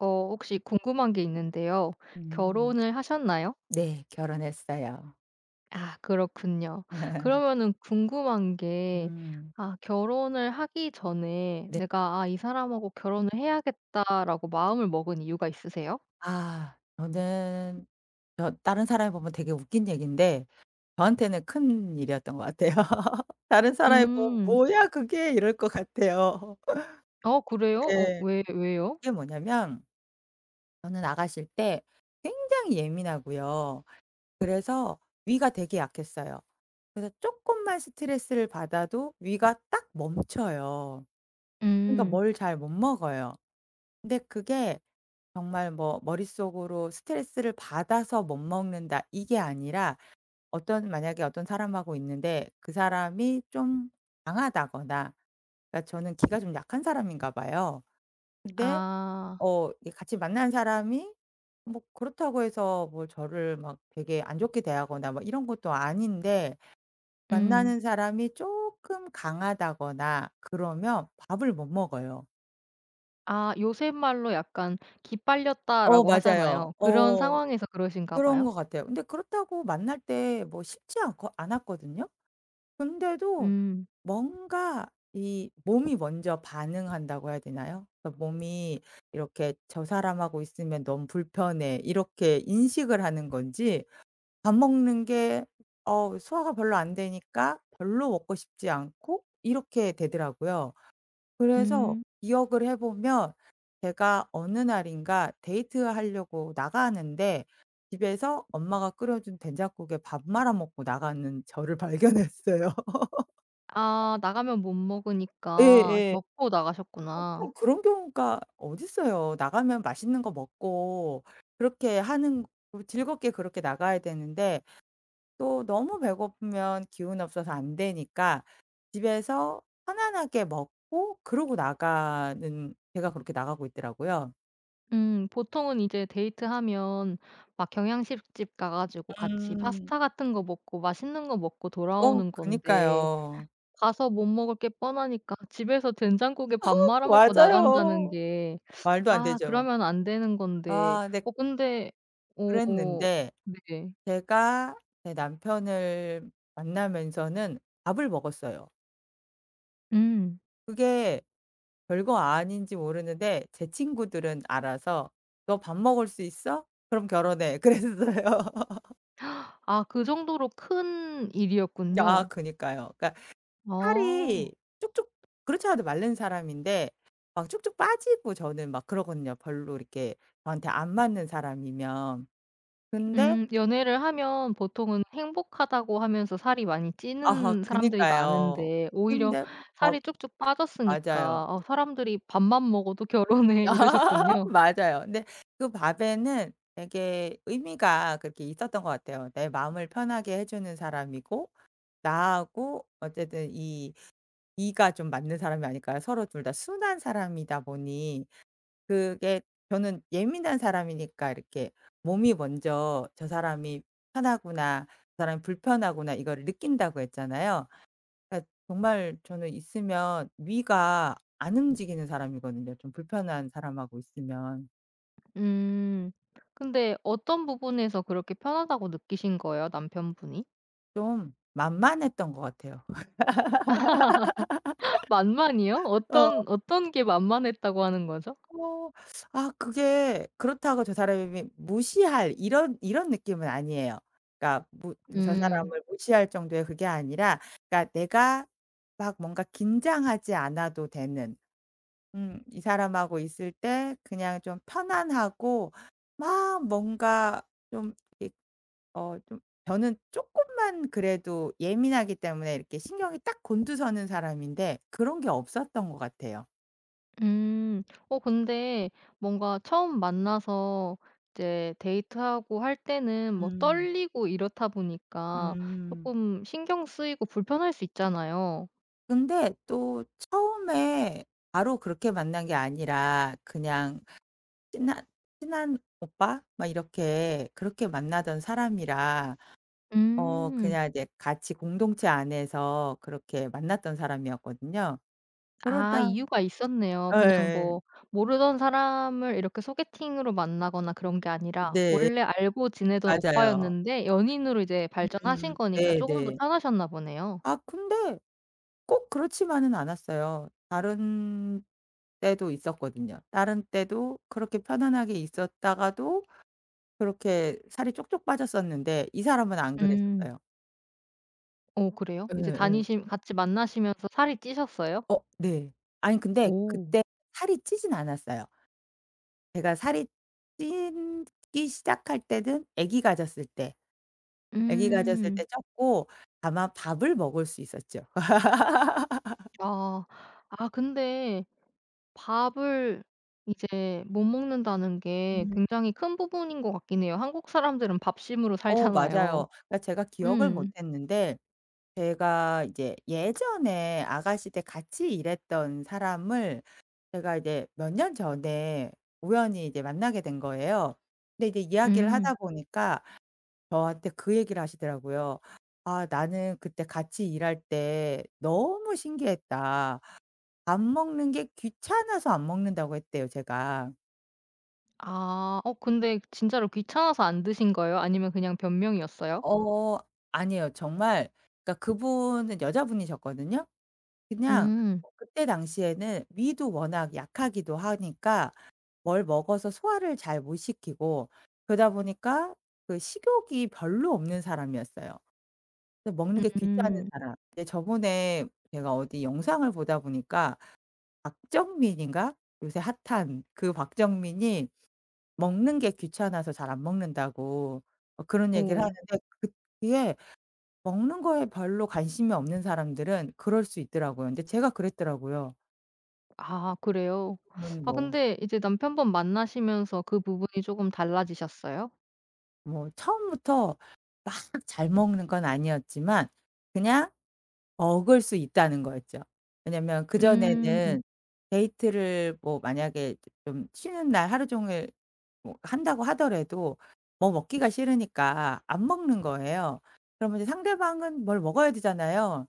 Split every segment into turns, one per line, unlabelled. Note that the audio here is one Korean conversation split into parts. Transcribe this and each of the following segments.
혹시 궁금한 게 있는데요.
음.
결혼을 하셨나요?
네. 결혼했어요.
아, 그렇군요. 그러면은 궁금한 게,
음.
결혼을 하기 전에
네.
'내가 이 사람하고 결혼을 해야겠다.'라고 마음을 먹은 이유가 있으세요?
아 저는 저 다른 사람이 보면 되게 웃긴 얘기인데 저한테는 큰 일이었던 것 같아요. 다른 사람이 보면
음.
'뭐야 그게.' 이럴 것 같아요.
그래요? 어
예.
왜 왜요?
그게 뭐냐면 저는 나가실 때 굉장히 예민하고요. 그래서 위가 되게 약했어요. 그래서 조금만 스트레스를 받아도 위가 딱 멈춰요. 그러니까
음.
뭘 잘 못 먹어요. 근데 그게 정말 뭐 머릿속으로 '스트레스를 받아서 못 먹는다.' 이게 아니라 어떤 만약에 어떤 사람하고 있는데 그 사람이 좀 강하다거나 그러니까 저는 기가 좀 약한 사람인가 봐요. 근데
아.
이 같이 만난 사람이 뭐 그렇다고 해서 뭐 저를 막 되게 안 좋게 대하거나 막 이런 것도 아닌데
음.
만나는 사람이 조금 강하다거나 그러면 밥을 못 먹어요.
아, 요새 말로 약간
어
"기빨렸다."라고
맞아요.
하잖아요. 그런
어.
상황에서 그러신가
그런
봐요?
것 같아요. 근데 그렇다고 만날 때 뭐 쉽지 않고 않았거든요. 근데도
음.
뭔가 이 몸이 먼저 반응한다고 해야 되나요? 그러니까 몸이 이렇게 '저 사람하고 있으면 너무 불편해.' 이렇게 인식을 하는 건지 밥 먹는 게 소화가 별로 안 되니까 별로 먹고 싶지 않고 이렇게 되더라고요. 그래서
음.
기억을 해 보면 제가 어느 날인가 데이트하려고 나가는데 집에서 엄마가 끓여 준 된장국에 밥 말아 먹고 나가는 저를 발견했어요.
아, 나가면 못 먹으니까
예예.
먹고 나가셨구나.
보통 그런 경우가 어딨어요. 나가면 맛있는 거 먹고 그렇게 하는 그 즐겁게 그렇게 나가야 되는데 또 너무 배고프면 기운 없어서 안 되니까 집에서 편안하게 먹고 그러고 나가는 제가 그렇게 나가고 있더라고요.
보통은 이제 데이트하면 막 경양식집 가 가지고 같이
음.
파스타 같은 거 먹고 맛있는 거 먹고
어
돌아오는 건데,
그니까요.
가서 못 먹을 게 뻔하니까 집에서 된장국에 밥 말아 먹고 나간다는
맞아요.
게.
말도 안
아,
되죠.
그러면 안 되는 건데.
아 근데
근데, 어
그랬는데
네.
제가 제 남편을 만나면서는 밥을 먹었어요.
음.
그게 별거 아닌지 모르는데 제 친구들은 알아서 "너 밥 먹을 수 있어? 그럼 결혼해." 그랬어요.
아, 그 정도로 큰
아
일이었군요.
그니까요. 그러니까
아.
살이 쭉쭉 그렇지 않아도 마른 사람인데 막 쭉쭉 빠지고 저는 막 그러거든요. 별로 이렇게 저한테 안 맞는 사람이면. 근데
연애를 하면 보통은 행복하다고 하면서 살이 많이
아
찌는 사람들이
그니까요.
많은데, 오히려
근데 밥
살이 쭉쭉
맞아요.
빠졌으니까 사람들이 "밥만 먹어도 결혼해." 이러셨군요.
맞아요. 근데 그 밥에는 되게 의미가 그렇게 있었던 것 같아요. 내 마음을 편하게 해 주는 사람이고 나하고 어쨌든 이 이가 좀 맞는 사람이 아닐까요? 서로 둘 다 순한 사람이다 보니 그게 저는 예민한 사람이니까 이렇게 몸이 먼저 '저 사람이 편하구나. 저 사람이 불편하구나.' 이거를 느낀다고 했잖아요. 그러니까 정말 저는 있으면 위가 안 움직이는 사람이거든요. 좀 불편한 사람하고 있으면.
음. 근데 어떤 부분에서 그렇게 편하다고 느끼신 거예요? 남편분이?
좀 만만했던 것 같아요.
만만이요?
어.
어떤 게 만만했다고 하는 거죠?
어 아 그게 그렇다고 저 사람이 무시할 이런 이런 느낌은 아니에요. 그러니까 무 저
음.
사람을 무시할 정도의 그게 아니라 그러니까 내가 막 뭔가 긴장하지 않아도 되는 이 사람하고 있을 때 그냥 좀 편안하고 막 뭔가 좀이 좀 저는 조금만 그래도 예민하기 때문에 이렇게 신경이 딱 곤두서는 사람인데 그런 게 없었던 것 같아요.
음. 근데 뭔가 처음 만나서 이제 데이트하고 할 때는 뭐
음.
떨리고 이렇다 보니까
음.
조금 신경 쓰이고 불편할 수 있잖아요.
근데 또 처음에 바로 그렇게 만난 게 아니라 그냥 친한 친한 오빠 막 이렇게 그렇게 만나던 사람이라
음.
그냥 이제 같이 공동체 안에서 그렇게 만났던 사람이었거든요.
아,
그러다
이유가 있었네요. 그냥
예
뭐 모르던 사람을 이렇게 소개팅으로 만나거나 그런 게 아니라
네.
원래 알고 지내던
맞아요.
오빠였는데 연인으로 이제 발전하신 거니까 조금 더
네네.
편하셨나 보네요.
아 근데 꼭 그렇지만은 않았어요. 다른 때도 있었거든요. 다른 때도 그렇게 편안하게 있었다가도 그렇게 살이 쪽쪽 빠졌었는데 이 사람은 안
음.
그랬었어요.
오, 그래요? 이제
예예.
다니시 같이 만나시면서 살이 찌셨어요?
어 네. 아니 근데
오.
그때 살이 찌진 않았어요. 제가 살이 찌기 시작할 때는 아기 가졌을 때, 아기 가졌을
음.
때 쪘고 다만 밥을 먹을 수 있었죠.
아. 아, 근데 밥을 이제 못 먹는다는 게
음.
굉장히 큰 부분인 것 같긴 해요. 한국 사람들은 밥심으로
어
살잖아요.
맞아요. 그러니까 제가 기억을 못
음.
했는데 제가 이제 예전에 아가씨 때 같이 일했던 사람을 제가 이제 몇 년 전에 우연히 이제 만나게 된 거예요. 근데 이제 이야기를
음.
하다 보니까 저한테 그 얘기를 하시더라고요. "아 나는 그때 같이 일할 때 너무 신기했다." 밥 먹는 게 귀찮아서 안 먹는다고 했대요 제가.
아. 근데 진짜로 귀찮아서 안 드신 거예요? 아니면 그냥 변명이었어요?
어 아니에요. 정말 그러니까 그분은 여자분이셨거든요. 그냥
음.
그때 당시에는 위도 워낙 약하기도 하니까 뭘 먹어서 소화를 잘 못 시키고 그러다 보니까 그 식욕이 별로 없는 사람이었어요. 그래서 먹는 게 귀찮은
음.
사람. 근데 저번에 제가 어디 영상을 보다 보니까 박정민인가? 요새 핫한 그 박정민이 먹는 게 귀찮아서 잘 안 먹는다고 그런 얘기를
오.
하는데 그게 먹는 거에 별로 관심이 없는 사람들은 그럴 수 있더라고요. 근데 제가 그랬더라고요.
아, 그래요? 아,
뭐
근데 이제 남편분 만나시면서 그 부분이 쪼금 달라지셨어요?
처음부터 막 잘 먹는 건 아니었지만 그냥 먹을 수 있다는 거였죠. 왜냐면
음.
그전에는 데이트를 뭐 만약에 좀 쉬는 날 하루 종일 뭐 한다고 하더라도 뭐 먹기가 싫으니까 안 먹는 거예요. 그러면 이제 상대방은 뭘 먹어야 되잖아요.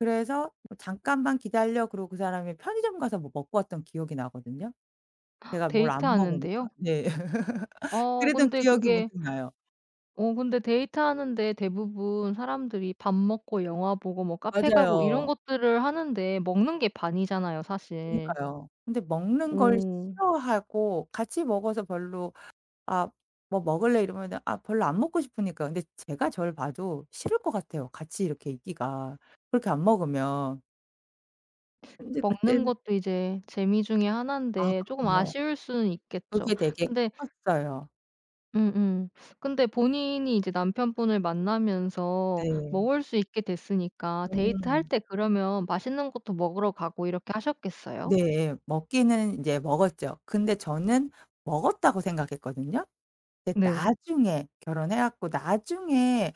그래서 뭐 "잠깐만 기다려." 그러고 그 사람이 편의점 가서 뭐 먹고 왔던 기억이 나거든요. 제가 뭘 안 먹으니까.
데이트하는데요?
네.
어
그랬던
근데
기억이
그게
문득 나요.
어 근데 데이트하는데 대부분 사람들이 밥 먹고 영화 보고 뭐 카페 가고 이런
맞아요.
것들을 하는데 먹는 게 반이잖아요, 사실.
그니까요. 근데 먹는 걸
오,
싫어하고 같이 먹어서 별로 "아 뭐 먹을래?" 이러면은 아 별로 안 먹고 싶으니까. 근데 제가 저를 봐도 싫을 것 같아요, 같이 이렇게 있기가 그렇게 안 먹으면. 근데
먹는
그때는
것도 이제 재미 중에
아
하나인데 조금
그럼요.
아쉬울 수는 있겠죠.
그게 되게
근데.
컸어요.
음음. 근데 본인이 이제 남편분을 만나면서
네.
먹을 수 있게 됐으니까 데이트할
음.
때 그러면 맛있는 것도 먹으러 가고 이렇게 하셨겠어요?
네. 먹기는 이제 먹었죠. 근데 저는 먹었다고 생각했거든요. 근데
네.
나중에 결혼해 갖고 나중에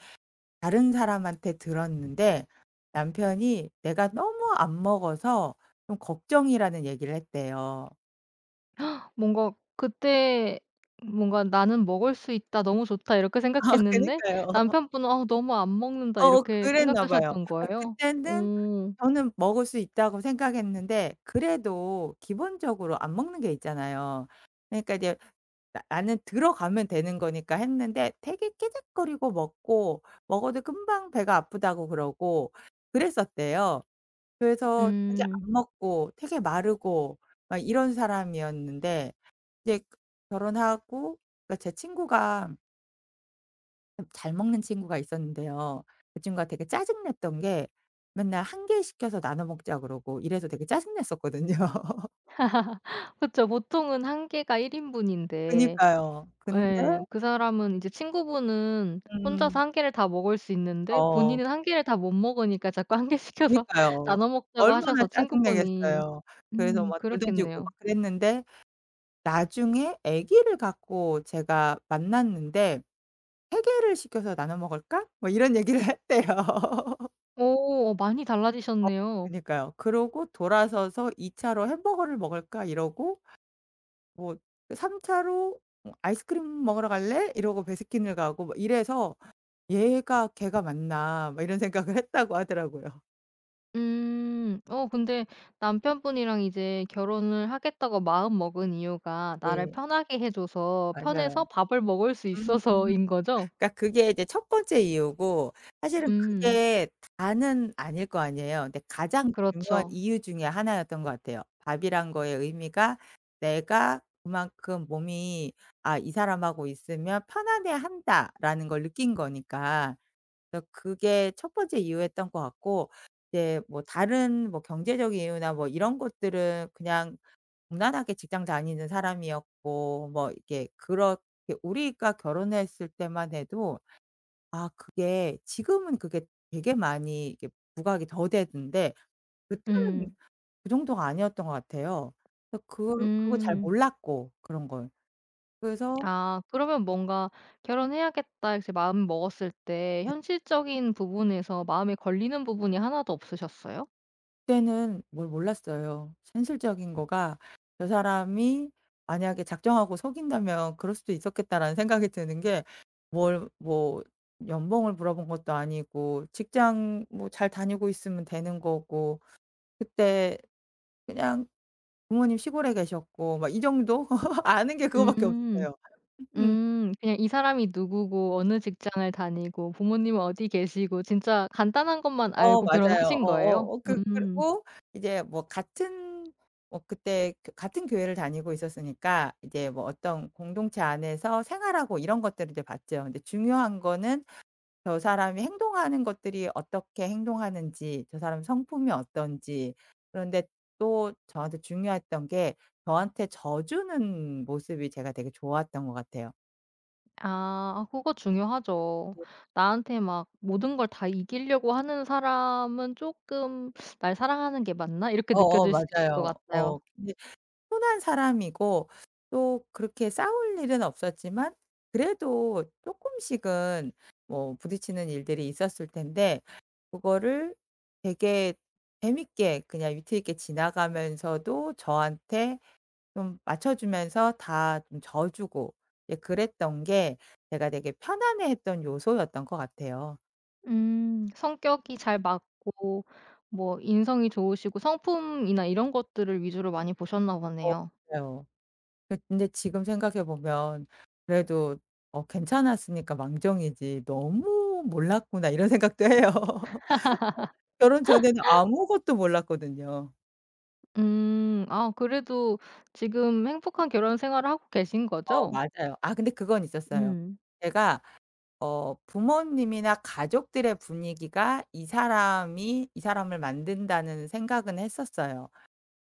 다른 사람한테 들었는데 남편이 "내가 너무 안 먹어서 좀 걱정이라."는 얘기를 했대요.
뭔가 그때 뭔가 '나는 먹을 수 있다. 너무 좋다.' 이렇게
아
생각했는데
그니까요.
남편분은 '어 너무 안 먹는다.'
어
이렇게
그랬나 봐요.
생각하셨던
아
거예요?
그때는
어.
저는 먹을 수 있다고 생각했는데 그래도 기본적으로 안 먹는 게 있잖아요. 그러니까 이제 나 나는 들어가면 되는 거니까 했는데 되게 깨작거리고 먹고 먹어도 금방 배가 아프다고 그러고 그랬었대요. 그래서 되게
음.
안 먹고 되게 마르고 막 이런 사람이었는데 이제 결혼하고 그러니까 제 친구가 잘 먹는 친구가 있었는데요. 그 친구가 되게 짜증 냈던 게 맨날 한 개 시켜서 나눠 먹자 그러고 이래서 되게 짜증 냈었거든요.
그쵸. 보통은 한 개가 1 인분인데,
그니까요. 근데
예, 그 사람은 이제 친구분은
음
혼자서 한 개를 다 먹을 수 있는데
어
본인은 한 개를 다 못 먹으니까 자꾸 한 개 시켜서
그니까요.
나눠 먹자고
얼마나
하셔서
짜증
친구분이.
내겠어요. 그래서 막 돌 던지고 막
그랬겠네요.
그랬는데 나중에 아기를 갖고 제가 만났는데 세 개를 시켜서 나눠 먹을까?" 뭐 이런 얘기를 했대요.
많이
어
달라지셨네요.
그니까요. 그러고 돌아서서 2차 차로 "햄버거를 먹을까?" 이러고 뭐 3차 차로 뭐 "아이스크림 먹으러 갈래?" 이러고 베스킨을 가고 뭐 이래서 '얘가 걔가 맞나?' 막 이런 생각을 했다고 하더라고요.
음. 근데 남편분이랑 이제 결혼을 하겠다고 마음먹은 이유가 나를
네.
편하게 해 줘서, 편해서
맞아요.
밥을 먹을 수
음.
있어서인 거죠?
그러니까 그게 이제 첫 번째 이유고 사실은
음.
그게 다는 아닐 거 아니에요. 근데 가장 중요한
그렇죠.
이유 중에 하나였던 것 같아요. 밥이란 거의 의미가 내가 그만큼 몸이 '아 이 사람하고 있으면 편안해한다.'라는 걸 느낀 거니까. 그래서 그게 첫 번째 이유였던 것 같고 이제 뭐 다른 뭐 경제적인 이유나 뭐 이런 것들은 그냥 무난하게 직장 다니는 사람이었고 뭐 이렇게 그렇게 우리가 결혼했을 때만 해도 아 그게 지금은 그게 되게 많이 이게 부각이 더 되는데 그때는
음.
그 정도가 아니었던 것 같아요. 그래서 그걸 잘
음.
몰랐고 그런 걸. 그래서
아, 그러면 뭔가 '결혼해야겠다.' 이제 마음 먹었을 때 현실적인 부분에서 마음에 걸리는 부분이 하나도 없으셨어요?
그때는 뭘 몰랐어요. 현실적인 거가 '저 사람이 만약에 작정하고 속인다면 그럴 수도 있었겠다.'라는 생각이 드는 게 뭘 뭐 연봉을 물어본 것도 아니고 직장 뭐 잘 다니고 있으면 되는 거고 그때 그냥 부모님 시골에 계셨고 막 이 정도 아는 게 그거밖에
음.
없었어요. 음.
음. 그냥 이 사람이 누구고 어느 직장을 다니고 부모님은 어디 계시고 진짜 간단한 것만
어
알고
맞아요.
결혼하신
어어.
거예요?
어 어, 그
음.
그리고 이제 뭐 같은 뭐 그때 그 같은 교회를 다니고 있었으니까 이제 뭐 어떤 공동체 안에서 생활하고 이런 것들을 이제 봤죠. 근데 중요한 거는 저 사람이 행동하는 것들이 어떻게 행동하는지, 저 사람 성품이 어떤지. 그런데 또 저한테 중요했던 게 저한테 져주는 모습이 제가 되게 좋았던 것 같아요.
아. 아, 그거 중요하죠. 나한테 막 모든 걸 다 이기려고 하는 사람은 조금 '날 사랑하는 게 맞나?' 이렇게
어어
느껴질 수 있을 것
맞아요.
같아요.
어 근데 흔한 사람이고 또 그렇게 싸울 일은 없었지만 그래도 쪼끔씩은 뭐 부딪히는 일들이 있었을 텐데 그거를 되게 재밌게 그냥 위트 있게 지나가면서도 저한테 좀 맞춰 주면서 다 좀 져 주고 이제 그랬던 게 제가 되게 편안해했던 요소였던 것 같아요.
성격이 잘 맞고 뭐 인성이 좋으시고 성품이나 이런 것들을 위주로 많이 보셨나
어
보네요.
맞아요. 근데 지금 생각해 보면 그래도 '어 괜찮았으니까 망정이지. 너무 몰랐구나.' 이런 생각도 해요. 결혼 전에는 아무것도 몰랐거든요.
음. 아, 그래도 지금 행복한 결혼 생활을 하고 계신
어
거죠?
맞아요. 아 근데 그건 있었어요.
음.
제가 부모님이나 가족들의 분위기가 이 사람이 이 사람을 만든다는 생각은 했었어요.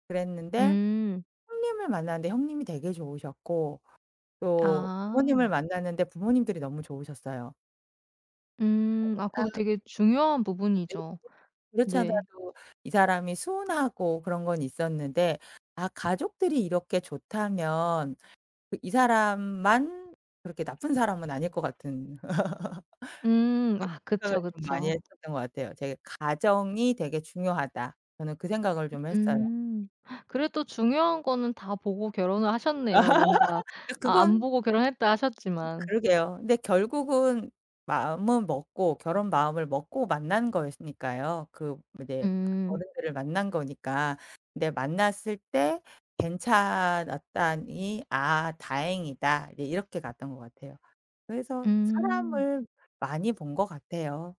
그랬는데
음.
형님을 만났는데 형님이 되게 좋으셨고 또 부모님을
아.
만났는데 부모님들이 너무 좋으셨어요.
음. 아, 그거
그러니까
되게 중요한 부분이죠.
그렇지
네.
않아도 이 사람이 순하고 그런 건 있었는데 아 가족들이 이렇게 좋다면 그이 사람만 그렇게 나쁜 사람은 아닐 것 같은
음. 아,
생각을
그쵸,
좀 많이
그쵸.
했었던 것 같아요. 되게 '가정이 되게 중요하다.' 저는 그 생각을 좀 했어요.
음. 그래도 중요한 거는 다 보고 결혼을 하셨네요. 뭔가.
근데
아, 안
그건
보고 결혼했다 하셨지만.
그러게요. 근데 결국은 마음은 먹고 결혼 마음을 먹고 만난 거였으니까요. 그 이제
음.
어른들을 만난 거니까. 근데 만났을 때 괜찮았다니 '아 다행이다.' 이제 이렇게 갔던 것 같아요. 그래서
음.
사람을 많이 본 것 같아요.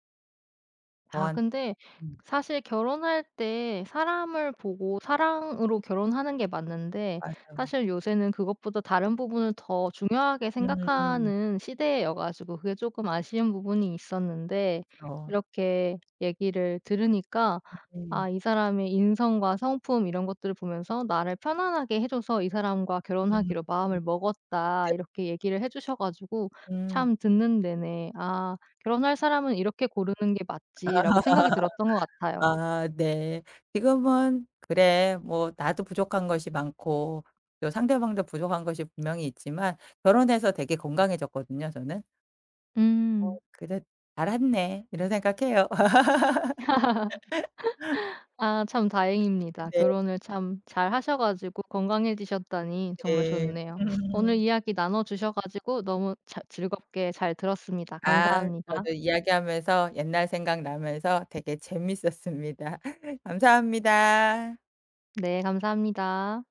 아,
저한
근데
음
사실 결혼할 때 사람을 보고 사랑으로 결혼하는 게 맞는데,
맞아요.
사실 요새는 그것보다 다른 부분을 더 중요하게
음
생각하는 시대여 가지고 그게 조금 아쉬운 부분이 있었는데
그쵸.
이렇게 얘기를 들으니까
네.
'아, 이 사람의 인성과 성품 이런 것들을 보면서 나를 편안하게 해 줘서 이 사람과
음.
결혼하기로
음.
마음을 먹었다.'
네.
이렇게 얘기를 해 주셔 가지고
음.
참 듣는 내내 '아, '결혼할 사람은 이렇게 고르는 게 맞지.'라고 생각이 들었던 것 같아요.
아 네. 지금은 '그래 뭐 나도 부족한 것이 많고 또 상대방도 부족한 것이 분명히 있지만' 결혼해서 되게 건강해졌거든요 저는.
음.
'그래 잘했네.' 이런 생각해요.
아, 참 다행입니다. 결혼을 참 잘 하셔 가지고 건강해지셨다니 정말
네네.
좋네요. 오늘
음.
이야기 나눠 주셔 가지고 너무 잘 즐겁게 잘 들었습니다.
아
감사합니다.
저도 이야기하면서 옛날 생각나면서 되게 재밌었습니다. 감사합니다.
네, 감사합니다.